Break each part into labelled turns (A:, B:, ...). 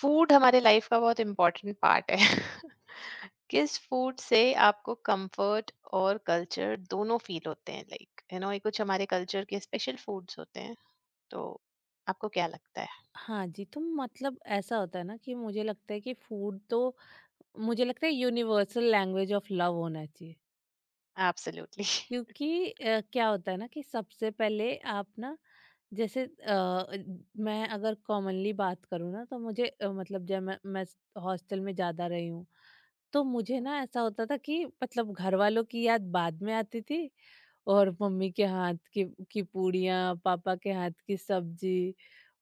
A: Food हमारे life का बहुत इम्पोर्टेंट पार्ट है। किस फूड से आपको कंफर्ट और कल्चर दोनों फील होते हैं? लाइक यू नो ये कुछ हमारे कल्चर के स्पेशल फूड्स होते हैं, तो आपको क्या लगता है?
B: हाँ जी। तो मतलब ऐसा होता है ना कि मुझे लगता है कि फूड तो मुझे लगता है यूनिवर्सल लैंग्वेज ऑफ लव होना चाहिए।
A: एब्सोल्युटली।
B: क्योंकि क्या होता है ना कि सबसे पहले आप ना जैसे मैं अगर कॉमनली बात करूँ ना तो मुझे मतलब जब मैं हॉस्टल में ज़्यादा रही हूँ। तो मुझे ना ऐसा होता था कि मतलब घर वालों की याद बाद में आती थी और मम्मी के हाथ की पूड़ियाँ, पापा के हाथ की सब्जी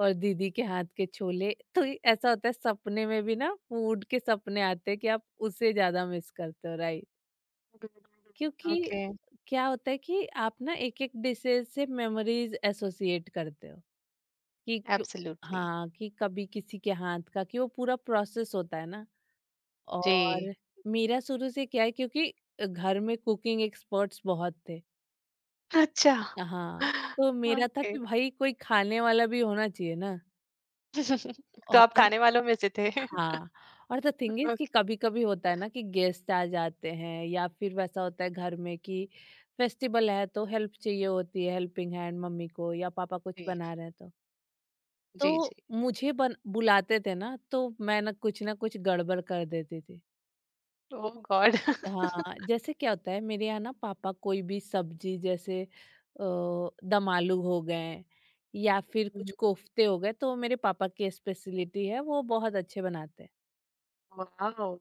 B: और दीदी के हाथ के छोले। तो ये ऐसा होता है सपने में भी ना, फूड के सपने आते हैं कि आप उसे ज़्यादा मिस करते हो राइट। क्योंकि
A: ओके।
B: क्या होता है कि आप ना एक-एक डिशेज से मेमोरीज एसोसिएट करते हो कि क्यों।
A: एब्सोल्युटली।
B: हाँ, कि कभी किसी के हाथ का कि वो पूरा प्रोसेस होता है ना।
A: जी।
B: और मेरा शुरू से क्या है क्योंकि घर में कुकिंग एक्सपर्ट्स बहुत थे।
A: अच्छा।
B: हाँ, तो मेरा था
A: ओके।
B: कि भाई कोई खाने वाला भी होना चाहिए ना।
A: तो आप
B: और
A: खाने वालों में से थे।
B: हाँ, और द थिंग इज़ कि
A: ओके।
B: कभी-कभी होता है ना कि गेस्ट आ जाते हैं या फिर वैसा होता है घर में कि फेस्टिवल है तो हेल्प चाहिए होती है, हेल्पिंग हैंड मम्मी को, या पापा कुछ
A: जी
B: बना रहे हैं तो। तो
A: जी। जी।
B: मुझे बन बुलाते थे ना, तो मैं ना कुछ न कुछ गड़बड़ कर देती थी।
A: Oh god.
B: हाँ, जैसे क्या होता है मेरे यहाँ ना, पापा कोई भी सब्ज़ी जैसे दम आलू हो गए या फिर कुछ कोफ्ते हो गए, तो मेरे पापा की स्पेशलिटी है, वो बहुत अच्छे बनाते हैं।
A: वाह।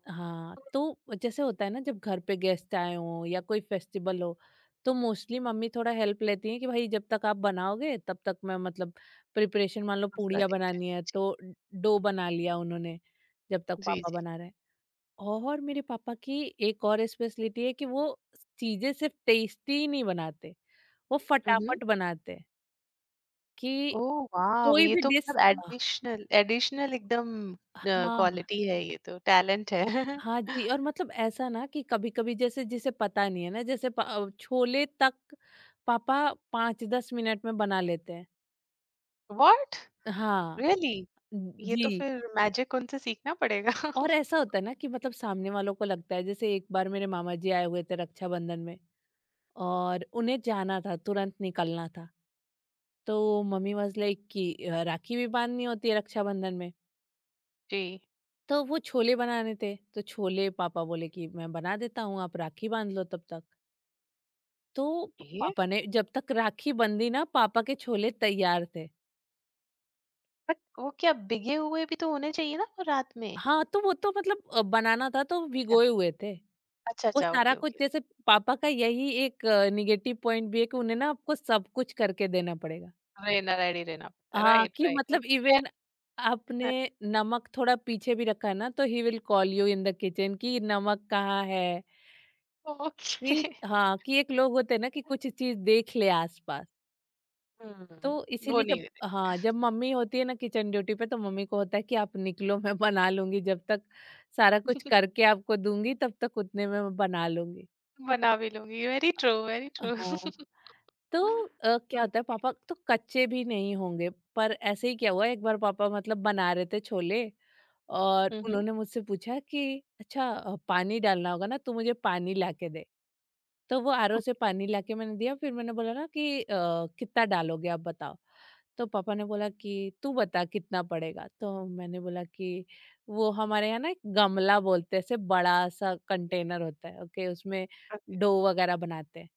B: हाँ, तो जैसे होता है ना जब घर पे गेस्ट आए हों या कोई फेस्टिवल हो, तो मोस्टली मम्मी थोड़ा हेल्प लेती हैं कि भाई जब तक आप बनाओगे तब तक मैं मतलब प्रिपरेशन, मान लो
A: पूरा
B: पूड़ियाँ
A: देखा है।
B: बनानी है
A: जी।
B: तो डो बना लिया उन्होंने जब तक
A: जी
B: पापा
A: जी।
B: बना रहे हैं। और मेरे पापा की एक और स्पेशलिटी है कि वो चीजें सिर्फ टेस्टी ही नहीं बनाते, वो
A: हुँ।
B: फटाफट बनाते हैं, कि
A: ओह वाव!
B: कोई
A: ये
B: भी
A: तो
B: डिश
A: मतलब हुँ। एडिशनल एडिशनल एकदम
B: हाँ
A: क्वालिटी है ये तो, टैलेंट है।
B: हाँ जी, और मतलब ऐसा ना कि कभी-कभी जैसे जिसे पता नहीं है ना, जैसे छोले तक पापा 5-10 मिनट में बना लेते हैं।
A: व्हाट?
B: हाँ,
A: रियली? ये तो
B: जी।
A: फिर मैजिक उनसे सीखना पड़ेगा।
B: और ऐसा होता है ना कि मतलब सामने वालों को लगता है, जैसे एक बार मेरे मामा जी आए हुए थे रक्षाबंधन में और उन्हें जाना था, तुरंत निकलना था। तो मम्मी वाज़ लाइक कि राखी भी बाँधनी होती है रक्षाबंधन में,
A: जी।
B: तो वो छोले बनाने थे, तो छोले पापा बोले कि मैं बना देता हूँ, आप राखी बाँध लो तब तक। तो प
A: ये?
B: पापा ने जब तक राखी बंधी ना, पापा के छोले तैयार थे।
A: बट वो क्या भीगे हुए भी तो होने चाहिए ना वो रात में?
B: हाँ, तो वो तो मतलब बनाना था तो
A: अच्छा,
B: भिगोए हुए थे।
A: अच्छा,
B: वो
A: अच्छा,
B: सारा
A: ओके,
B: कुछ
A: ओके, राइट।
B: जैसे पापा का यही एक नेगेटिव पॉइंट भी है कि उन्हें ना आपको सब कुछ करके देना पड़ेगा।
A: रहना रेडी रहना पड़ता है।
B: हाँ,
A: राइट,
B: कि
A: राइट,
B: मतलब
A: ओके, फेयर
B: इवेन आपने
A: इनफ।
B: नमक थोड़ा पीछे भी रखा ना, तो he will call you in the kitchen कि नमक कहाँ है?
A: ओके।
B: कि हाँ, कि एक लोग होते हैं ना कि कुछ चीज़ देख ले आस-पास।
A: हुँ।
B: तो
A: वो
B: इसीलिए
A: नहीं
B: जब
A: होते।
B: हाँ, जब मम्मी होती है ना किचन ड्यूटी पे, तो मम्मी को होता है कि आप निकलो मैं बना लूँगी, जब तक सारा कुछ करके आपको दूँगी तब तक उतने में मैं बना लूँगी।
A: बना भी लूँगी। Very true, very true.
B: हाँ, तो क्या
A: हुँ,
B: होता है पापा तो कच्चे भी नहीं होंगे, पर ऐसे ही क्या हुआ एक बार पापा मतलब बना रहे थे छोले और
A: हुँ, हुँ।
B: उन्होंने मुझसे पूछा कि अच्छा पानी डालना होगा ना, तू मुझे पानी ला के दे। तो वो आरओ से पानी लाके मैंने दिया, फिर मैंने बोला ना कि कितना डालोगे आप बताओ? तो पापा ने बोला कि तू बता कितना पड़ेगा, तो मैंने बोला कि वो हमारे यहाँ ना एक गमला बोलते हैं, ऐसे बड़ा सा कंटेनर होता है ओके, उसमें
A: ओके।
B: डो वगैरह बनाते हैं।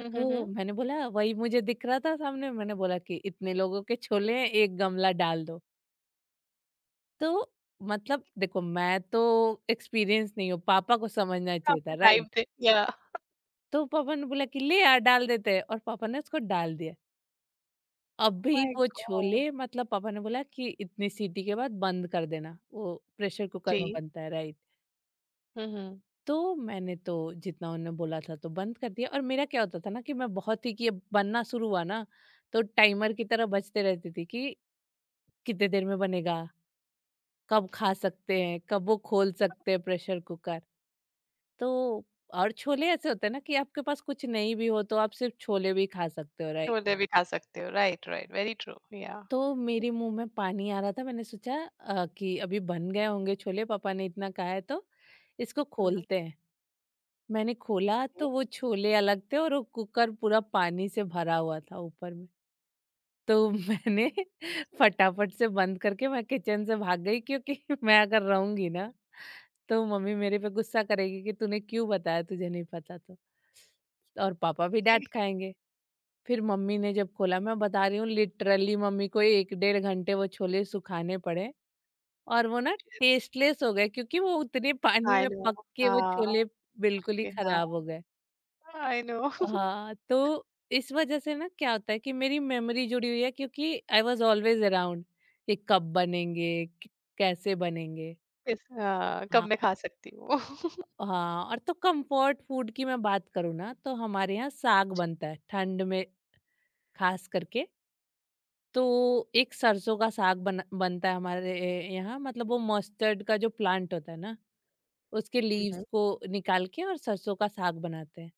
A: हुँ, हुँ,
B: तो
A: हुँ।
B: मैंने बोला वही मुझे दिख रहा था सामने, मैंने बोला कि इतने लोगों के छोले हैं एक गमला डाल दो। तो मतलब देखो मैं तो एक्सपीरियंस नहीं हूँ, पापा को समझना चाहिए
A: आपका
B: था
A: लाइव
B: राइट।
A: दे या।
B: तो पापा ने बोला कि ले यार डाल देते हैं, और पापा ने उसको डाल दिया। अब
A: ओह
B: भी
A: माय
B: वो
A: गॉड!
B: छोले मतलब पापा ने बोला कि इतनी सीटी के बाद बंद कर देना, वो प्रेशर कुकर में
A: जी।
B: बनता है राइट।
A: हुँ, हुँ।
B: तो मैंने तो जितना उन्होंने बोला था तो बंद कर दिया, और मेरा क्या होता था ना कि मैं बहुत ही कि ये बनना शुरू हुआ ना तो टाइमर की तरह बजते रहती थी कि कितने देर में बनेगा, कब खा सकते हैं, कब वो खोल सकते हैं प्रेशर कुकर। तो और छोले ऐसे होते हैं ना कि आपके पास कुछ नहीं भी हो तो आप सिर्फ छोले भी खा सकते हो राइट।
A: छोले भी खा सकते हो, राइट, राइट, वेरी ट्रू, या।
B: तो मेरे मुंह में पानी आ रहा था, मैंने सोचा कि अभी बन गए होंगे छोले, पापा ने इतना कहा है, तो इसको
A: ओके।
B: खोलते हैं। मैंने खोला तो वो छोले अलग थे और वो कुकर पूरा पानी से भरा हुआ था ऊपर में। तो मैंने फटाफट से बंद करके मैं किचन से भाग गई क्योंकि मैं अगर रहूंगी ना तो मम्मी मेरे पे गुस्सा करेगी कि तूने क्यों बताया तुझे नहीं पता, तो और पापा भी डांट
A: ओके,
B: खाएंगे। फिर मम्मी ने जब खोला, मैं बता रही हूँ लिटरली मम्मी को 1 डेढ़ घंटे वो छोले सुखाने पड़े, और वो ना टेस्टलेस हो गए क्योंकि वो उतने पानी
A: आई
B: में
A: नो,
B: पक के वो
A: हाँ,
B: छोले बिल्कुल ही
A: ओके, हाँ,
B: खराब हो गए।
A: I know.
B: हाँ, तो इस वजह से ना क्या होता है कि मेरी मेमोरी जुड़ी हुई है क्योंकि आई वाज़ ऑलवेज़ अराउंड कि कब बनेंगे, क कैसे बनेंगे।
A: इस हाँ, कब
B: हाँ,
A: मैं खा सकती हूँ। हुँ,
B: हाँ। और तो कम्फर्ट फूड की मैं बात करूँ ना, तो हमारे यहाँ साग बनता है ठंड में ख़ास करके। तो एक सरसों का साग बनता है हमारे यहाँ, मतलब वो मस्टर्ड का जो प्लांट होता है ना उसके लीव्स
A: हुँ।
B: को निकाल के और सरसों का साग बनाते हैं।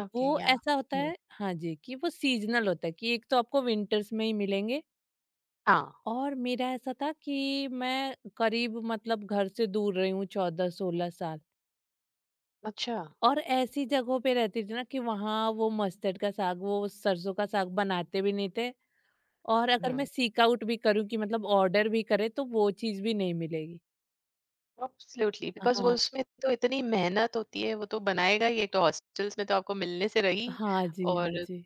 A: ओके,
B: वो
A: या।
B: ऐसा होता
A: हुँ।
B: है हाँ जी, कि वो सीजनल होता है कि एक तो आपको विंटर्स में ही मिलेंगे।
A: हाँ,
B: और मेरा ऐसा था कि मैं करीब मतलब घर से दूर रही हूँ 14-16 साल,
A: अच्छा,
B: और ऐसी जगहों पे रहती थी ना कि वहाँ वो मस्टर्ड का साग वो सरसों का साग बनाते भी नहीं थे, और अगर मैं
A: हुँ।
B: सीक आउट भी करूँ कि मतलब ऑर्डर भी करें, तो वो चीज़ भी नहीं मिलेगी।
A: एब्सोल्युटली बिकॉज़ वो
B: हाँ,
A: उसमें तो इतनी मेहनत होती है, वो तो बनाएगा ही। एक तो हॉस्टल्स में तो आपको मिलने से रही
B: हाँ जी, हाँ
A: और
B: जी।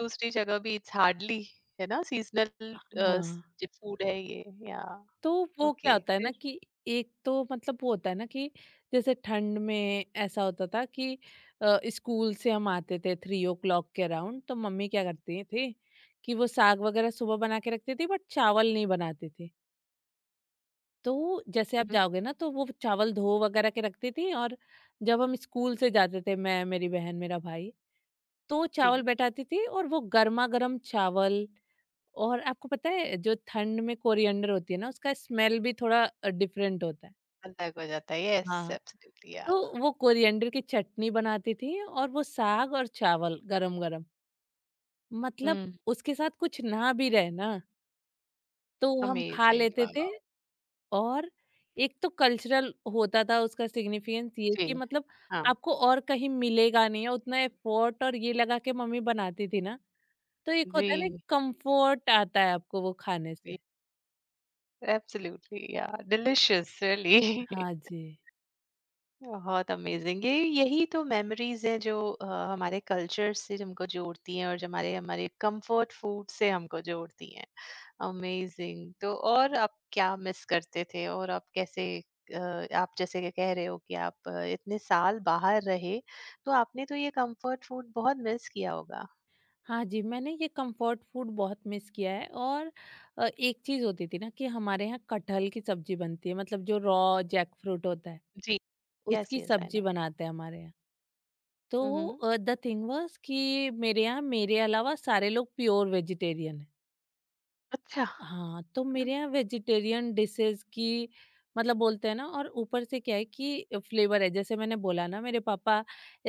A: दूसरी जगह भी इट्स हार्डली है ना। सीज़नल अ, स
B: हाँ,
A: फूड है ये या।
B: तो वो क्या
A: ओके
B: होता है
A: फिर?
B: ना कि एक तो मतलब वो होता है ना कि जैसे ठंड में ऐसा होता था कि स्कूल से हम आते थे 3 ओ क्लॉक के अराउंड, तो मम्मी क्या करती थी कि वो साग वगैरह सुबह बना के रखती थी बट चावल नहीं बनाती थी। तो जैसे
A: हुँ,
B: आप
A: हुँ,
B: जाओगे ना तो वो चावल धो वगैरह के रखती थी, और जब हम स्कूल से जाते थे मैं, मेरी बहन, मेरा भाई, तो चावल
A: जी।
B: बैठाती थी और वो गर्मा-गर्म चावल। और आपको पता है जो ठंड में कोरिएंडर होती है ना उसका स्मेल भी थोड़ा डिफरेंट होता है।
A: अलग हो जाता है, यस
B: हाँ।
A: एब्सोल्युटली या।
B: तो वो कोरिएंडर की चटनी बनाती थी और वो साग और चावल गरम-गरम। मतलब
A: हुँ।
B: उसके साथ कुछ ना भी रहे ना तो हम खा
A: अमेज़िंग
B: लेते थे।
A: वाओ!
B: और एक तो कल्चरल होता था उसका सिग्निफिकेंस ये
A: जी,
B: कि मतलब
A: हाँ,
B: आपको और कहीं मिलेगा नहीं, या उतना एफर्ट और ये लगा के मम्मी बनाती थी ना, तो एक होता है ना
A: जी,
B: कंफर्ट आता है आपको वो खाने
A: जी।
B: से।
A: Absolutely yeah. Delicious really.
B: हाँ जी।
A: बहुत अमेजिंग ये, यही तो मेमोरीज हैं जो हमारे कल्चर से हमको जोड़ती हैं और जो हमारे हमारे कंफर्ट फूड से हमको जोड़ती हैं। अमेजिंग, तो और आप क्या मिस करते थे और आप कैसे आप जैसे कि कह रहे हो कि आप इतने साल बाहर रहे, तो आपने तो ये कंफर्ट फूड बहुत मिस किया होगा।
B: हाँ जी, मैंने ये कंफर्ट फूड बहुत मिस किया है। और एक चीज़ होती थी ना कि हमारे यहाँ कटहल की सब्जी बनती है, मतलब जो रॉ जैकफ्रूट होता है,
A: जी। यस
B: उसकी
A: यस आई
B: सब्जी
A: नो।
B: बनाते हैं हमारे यहाँ। तो
A: हम्म।
B: द थिंग वाज़ कि मेरे यहाँ मेरे अलावा सारे लोग प्योर वेजिटेरियन हैं।
A: अच्छा।
B: हाँ, तो मेरे यहाँ वेजिटेरियन डिशेज़ की मतलब बोलते हैं ना, और ऊपर से क्या है कि फ्लेवर है। जैसे मैंने बोला ना, मेरे पापा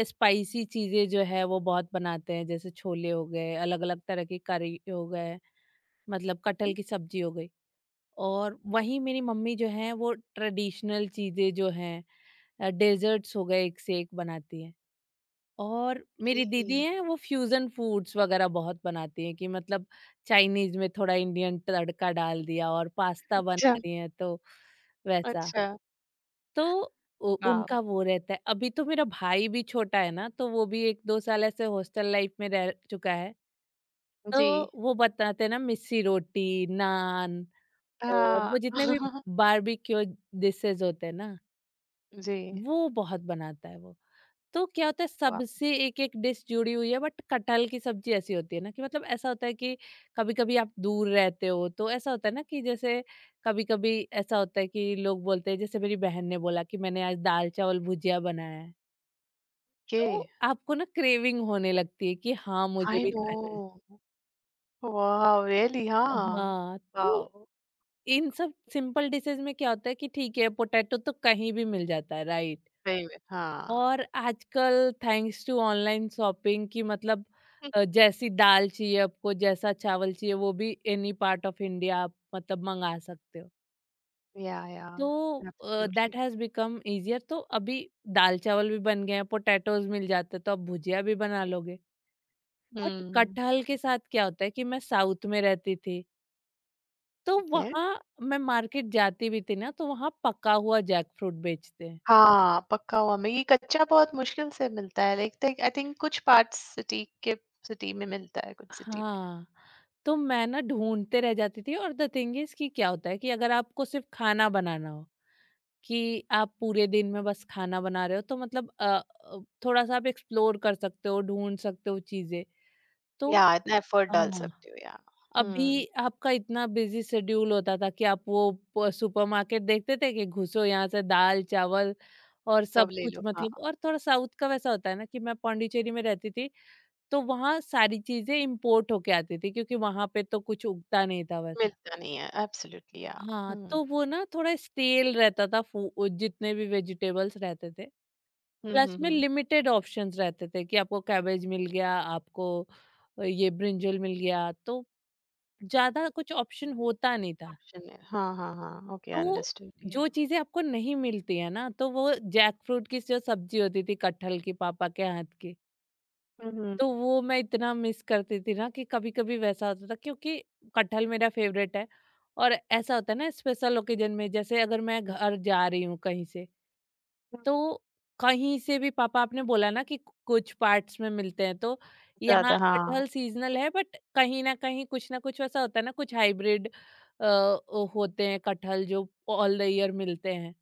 B: स्पाइसी चीज़ें जो है वो बहुत बनाते हैं। जैसे छोले हो गए, अलग-अलग तरह की करी हो गए, मतलब कटहल की सब्जी हो गई। और वहीं मेरी मम्मी जो हैं वो ट्रेडिशनल चीज़ें जो हैं डेज़र्ट्स हो गए, एक से एक बनाती हैं। और मेरी दीदी
A: Okay.
B: हैं वो फ्यूजन फूड्स वगैरह बहुत बनाती हैं कि मतलब चाइनीज में थोड़ा इंडियन तड़का डाल दिया और पास्ता बना
A: अच्छा।
B: रही हैं, तो वैसा।
A: अच्छा।
B: तो
A: वाह।
B: उनका वो रहता है। अभी तो मेरा भाई भी छोटा है ना, तो वो भी एक दो साल ऐसे हॉस्टल लाइफ में रह चुका है,
A: जी।
B: तो वो बताते हैं ना मिस्सी रोटी, नान और
A: हाँ।
B: वो जितने भी बारबेक्यू डिशेज होते हैं ना
A: जी।
B: वो बहुत बनाता है वो। तो क्या होता है
A: वाह।
B: सबसे एक-एक डिश जुड़ी हुई है, बट कटहल की सब्जी ऐसी होती है ना कि मतलब ऐसा होता है कि कभी-कभी आप दूर रहते हो तो ऐसा होता है ना कि जैसे कभी-कभी ऐसा होता है कि लोग बोलते हैं, जैसे मेरी बहन ने बोला कि मैंने आज दाल चावल भुजिया बनाया है। तो
A: Okay,
B: आपको ना क्रेविंग होने लगती है कि हाँ, मुझे
A: I
B: भी खाना है।
A: know. Wow, really, huh?
B: हाँ, तो
A: Wow,
B: इन सब सिंपल डिशेज़ में क्या होता है कि ठीक है, पोटैटो तो कहीं भी मिल जाता है, राइट?
A: सही में, हाँ।
B: और आजकल थैंक्स टू ऑनलाइन शॉपिंग की
A: Hmm.
B: जैसी दाल चाहिए आपको, जैसा चावल चाहिए, वो भी एनी पार्ट ऑफ इंडिया आप मतलब मंगा सकते हो।
A: Yeah, yeah,
B: तो
A: absolutely.
B: That has become easier. तो अभी दाल चावल भी बन गए हैं, पोटैटोज मिल जाते हैं, तो आप भुजिया भी बना लोगे। बट
A: हुँ।
B: कटहल के साथ क्या होता है कि मैं साउथ में रहती थी, तो
A: ओके।
B: वहाँ मैं मार्केट जाती भी थी ना, तो वहाँ पका हुआ जैक फ्रूट बेचते हैं।
A: हाँ, पका हुआ मैगी कच्चा बहुत मुश्किल से मिलता है। लाइक थिंक आई थिंक कुछ पार्ट्स सिटी के सिटी में मिलता है, कुछ सिटी में।
B: हाँ, तो मैं ना ढूँढते रह जाती थी। और द थिंग इज़ कि क्या होता है कि अगर आपको सिर्फ़ खाना बनाना हो, कि आप पूरे दिन में बस खाना बना रहे हो, तो मतलब थोड़ा-सा आप एक्सप्लोर कर सकते हो, ढूँढ सकते हो चीज़ें। तो
A: या इतना एफर्ट डाल
B: हाँ,
A: सकते हो, या। हुँ,
B: अभी आपका इतना बिज़ी शेड्यूल होता था कि आप वो प सुपरमार्केट देखते थे कि घुसो यहाँ से दाल, चावल और
A: सब
B: सब
A: ले
B: कुछ
A: लो, हाँ।
B: मतलब। और थोड़ा साउथ का वैसा होता है ना कि मैं पॉन्डिचेरी में रहती थी, तो वहाँ सारी चीज़ें इम्पोर्ट होके आती थी, क्योंकि वहाँ पे तो कुछ उगता नहीं था वैसा।
A: मिलता नहीं है, एब्सोल्युटली या।
B: हाँ,
A: हुँ,
B: तो वो ना थोड़ा स्टेल रहता था, जितने भी वेजिटेबल्स रहते थे।
A: हुँ,
B: प्लस
A: हुँ,
B: में
A: हुँ।
B: लिमिटेड ऑप्शंस रहते थे कि आपको कैबेज मिल गया, आपको ये ब्रिंजल मिल गया, तो ज़्यादा कुछ ऑप्शन होता नहीं था।
A: ऑप्शन है। हाँ, हाँ, हाँ, ओके
B: तो
A: अंडरस्टूड या।
B: जो चीज़ें आपको नहीं मिलती हैं ना, तो वो जैकफ्रूट की जो सब्ज़ी होती थी, कटहल की, पापा के हाथ की,
A: हुँ,
B: तो
A: हुँ,
B: वो मैं इतना मिस करती थी ना कि कभी-कभी वैसा होता था। क्योंकि कटहल मेरा फेवरेट है, और ऐसा होता है ना स्पेशल ओकेजन में, जैसे अगर मैं घर जा रही हूँ कहीं से,
A: हुँ,
B: तो कहीं से भी। पापा, आपने बोला ना कि कुछ पार्ट्स में मिलते हैं, तो यहाँ
A: ज़्यादा हाँ,
B: कटहल सीज़नल है, बट कहीं न कहीं कुछ ना कुछ वैसा होता है ना, कुछ हाइब्रिड अ, होते हैं कटहल जो ऑल द ईयर मिलते हैं।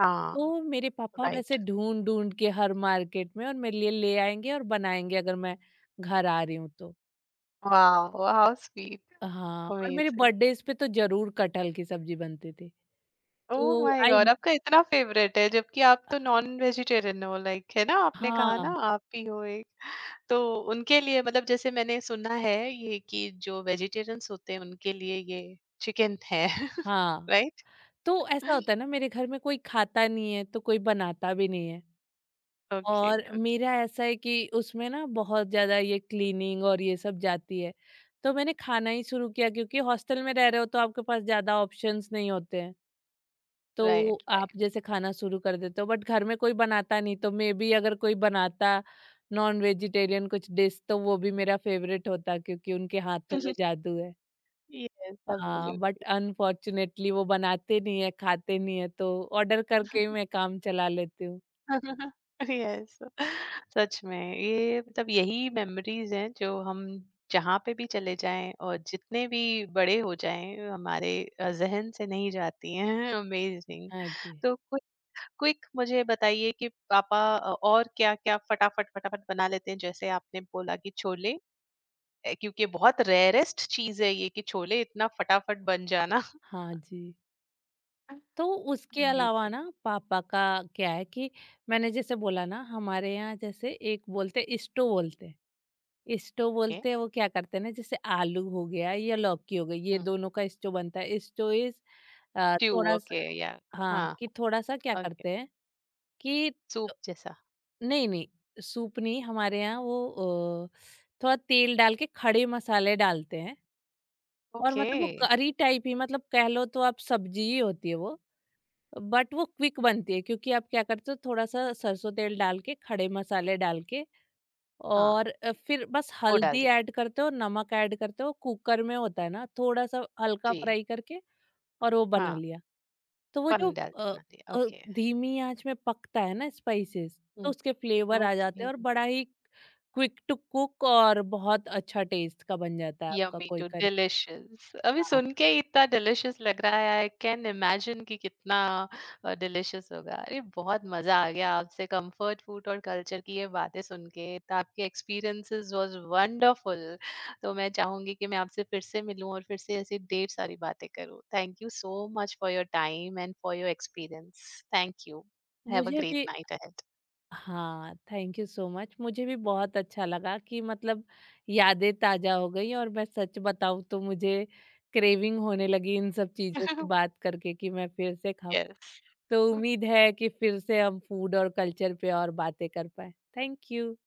A: हाँ।
B: तो मेरे पापा
A: राइट।
B: वैसे ढूँढ-ढूँढ के हर मार्केट में और मेरे लिए ले आएँगे और बनाएँगे अगर मैं घर आ रही हूँ तो।
A: Wow how sweet.
B: हाँ, और मेरे
A: अमेजिंग।
B: बर्थडेज़ पे तो ज़रूर कटहल की सब्ज़ी बनती थी।
A: ओह
B: तो
A: माय
B: आई,
A: गॉड, आपका इतना फेवरेट है जबकि आप तो नॉन वेजिटेरियन हो। लाइक, है ना? आपने कहा ना
B: हाँ,
A: आप ही हो एक। तो उनके लिए मतलब जैसे मैंने सुना है ये, कि जो वेजिटेरियंस होते हैं उनके लिए ये चिकन है।
B: हाँ।
A: राइट।
B: तो ऐसा होता है ना मेरे घर में कोई खाता नहीं है, तो कोई बनाता भी नहीं है।
A: ओके
B: और
A: ओके।
B: मेरा ऐसा है कि उसमें ना बहुत ज़्यादा ये क्लीनिंग और ये सब जाती है। तो मैंने खाना ही शुरू किया क्योंकि हॉस्टल में रह रहे हो तो आपके पास ज़्यादा ऑप्शंस नहीं होते हैं। तो
A: राइट
B: आप
A: राइट।
B: जैसे खाना शुरू कर देते हो, बट घर में कोई बनाता नहीं, तो मे बी अगर कोई बनाता नॉन वेजिटेरियन कुछ डिश, तो वो भी मेरा फेवरेट होता, क्योंकि उनके हाथों
A: यस।
B: में जादू है। हाँ, बट
A: एब्सोल्युटली।
B: अनफॉर्चुनेटली वो बनाते नहीं है, खाते नहीं है, तो ऑर्डर करके ही मैं काम चला लेती हूँ।
A: यस। सच में ये मतलब यही मेमोरीज हैं जो हम जहाँ पे भी चले जाएं और जितने भी बड़े हो जाएं, हमारे जहन से नहीं जाती हैं। अमेजिंग।
B: हाँ जी।
A: तो क्विक क्विक मुझे बताइए कि पापा और क्या क्या फटाफट फटाफट बना लेते हैं, जैसे आपने बोला कि छोले क्योंकि बहुत रेयरेस्ट चीज है ये, कि छोले इतना फटाफट बन जाना।
B: हाँ जी। तो उसके अलावा
A: अमेजिंग।
B: ना पापा का क्या है कि मैंने जैसे बोला ना हमारे यहाँ जैसे एक बोलते स्टो बोलते हैं, स्टो
A: ओके।
B: बोलते हैं, वो क्या करते हैं ना, जैसे आलू हो गया या लौकी हो गई, ये दोनों का स्टो बनता है। स्टो इज
A: स्ट्यू
B: थोड़ा सा,
A: ओके या।
B: हाँ
A: हाँ।
B: कि थोड़ा सा क्या
A: ओके।
B: करते हैं कि
A: सूप जैसा?
B: नहीं नहीं, सूप नहीं। हमारे यहाँ वो थोड़ा तेल डाल के खड़े मसाले डालते हैं, और
A: ओके।
B: मतलब वो करी टाइप ही, मतलब कह लो तो आप सब्जी ही होती है वो, बट वो क्विक बनती है। क्योंकि आप क्या करते हो, थोड़ा सा सरसों तेल डाल के, खड़े मसाले डाल के,
A: हाँ,
B: और फिर बस
A: वो डाल
B: हल्दी
A: देते।
B: ऐड करते हो, नमक ऐड करते हो, कुकर में होता है ना, थोड़ा सा हल्का
A: जी,
B: फ्राई करके, और वो बना
A: हाँ,
B: लिया। तो वो जो
A: पानी डाल के
B: अ,
A: बनाती है,
B: अ,
A: ओके।
B: धीमी आंच में पकता है ना स्पाइसेस, तो
A: हुँ,
B: उसके फ्लेवर आ जाते
A: ओके,
B: हैं, और बड़ा ही क्विक टू कुक और बहुत अच्छा टेस्ट का बन जाता है आपका
A: यम्मी
B: कोई
A: टू
B: करी।
A: डिलिशियस। अभी
B: हाँ,
A: सुन के ही इतना डिलिशियस लग रहा है, आई कैन इमेजिन कि कितना डिलिशियस होगा। अरे, बहुत मज़ा आ गया आपसे कम्फर्ट फूड और कल्चर की ये बातें सुन के, तो आपके एक्सपीरियंसेस वाज़ वंडरफुल। तो मैं चाहूँगी कि मैं आपसे फिर से मिलूँ और फिर से ऐसी ढेर सारी बातें करूँ। Thank you so much for your time and for your experience. Thank you. Have a
B: मुझे
A: ग्रेट
B: भी,
A: नाइट अहेड।
B: हाँ, थैंक यू सो मच। मुझे भी बहुत अच्छा लगा, कि मतलब यादें ताज़ा हो गई, और मैं सच बताऊँ तो मुझे क्रेविंग होने लगी इन सब चीज़ों की बात करके, कि मैं फिर से खाऊँ।
A: Yes.
B: तो उम्मीद है कि फिर से हम फूड और कल्चर पे और बातें कर पाएँ। Thank you.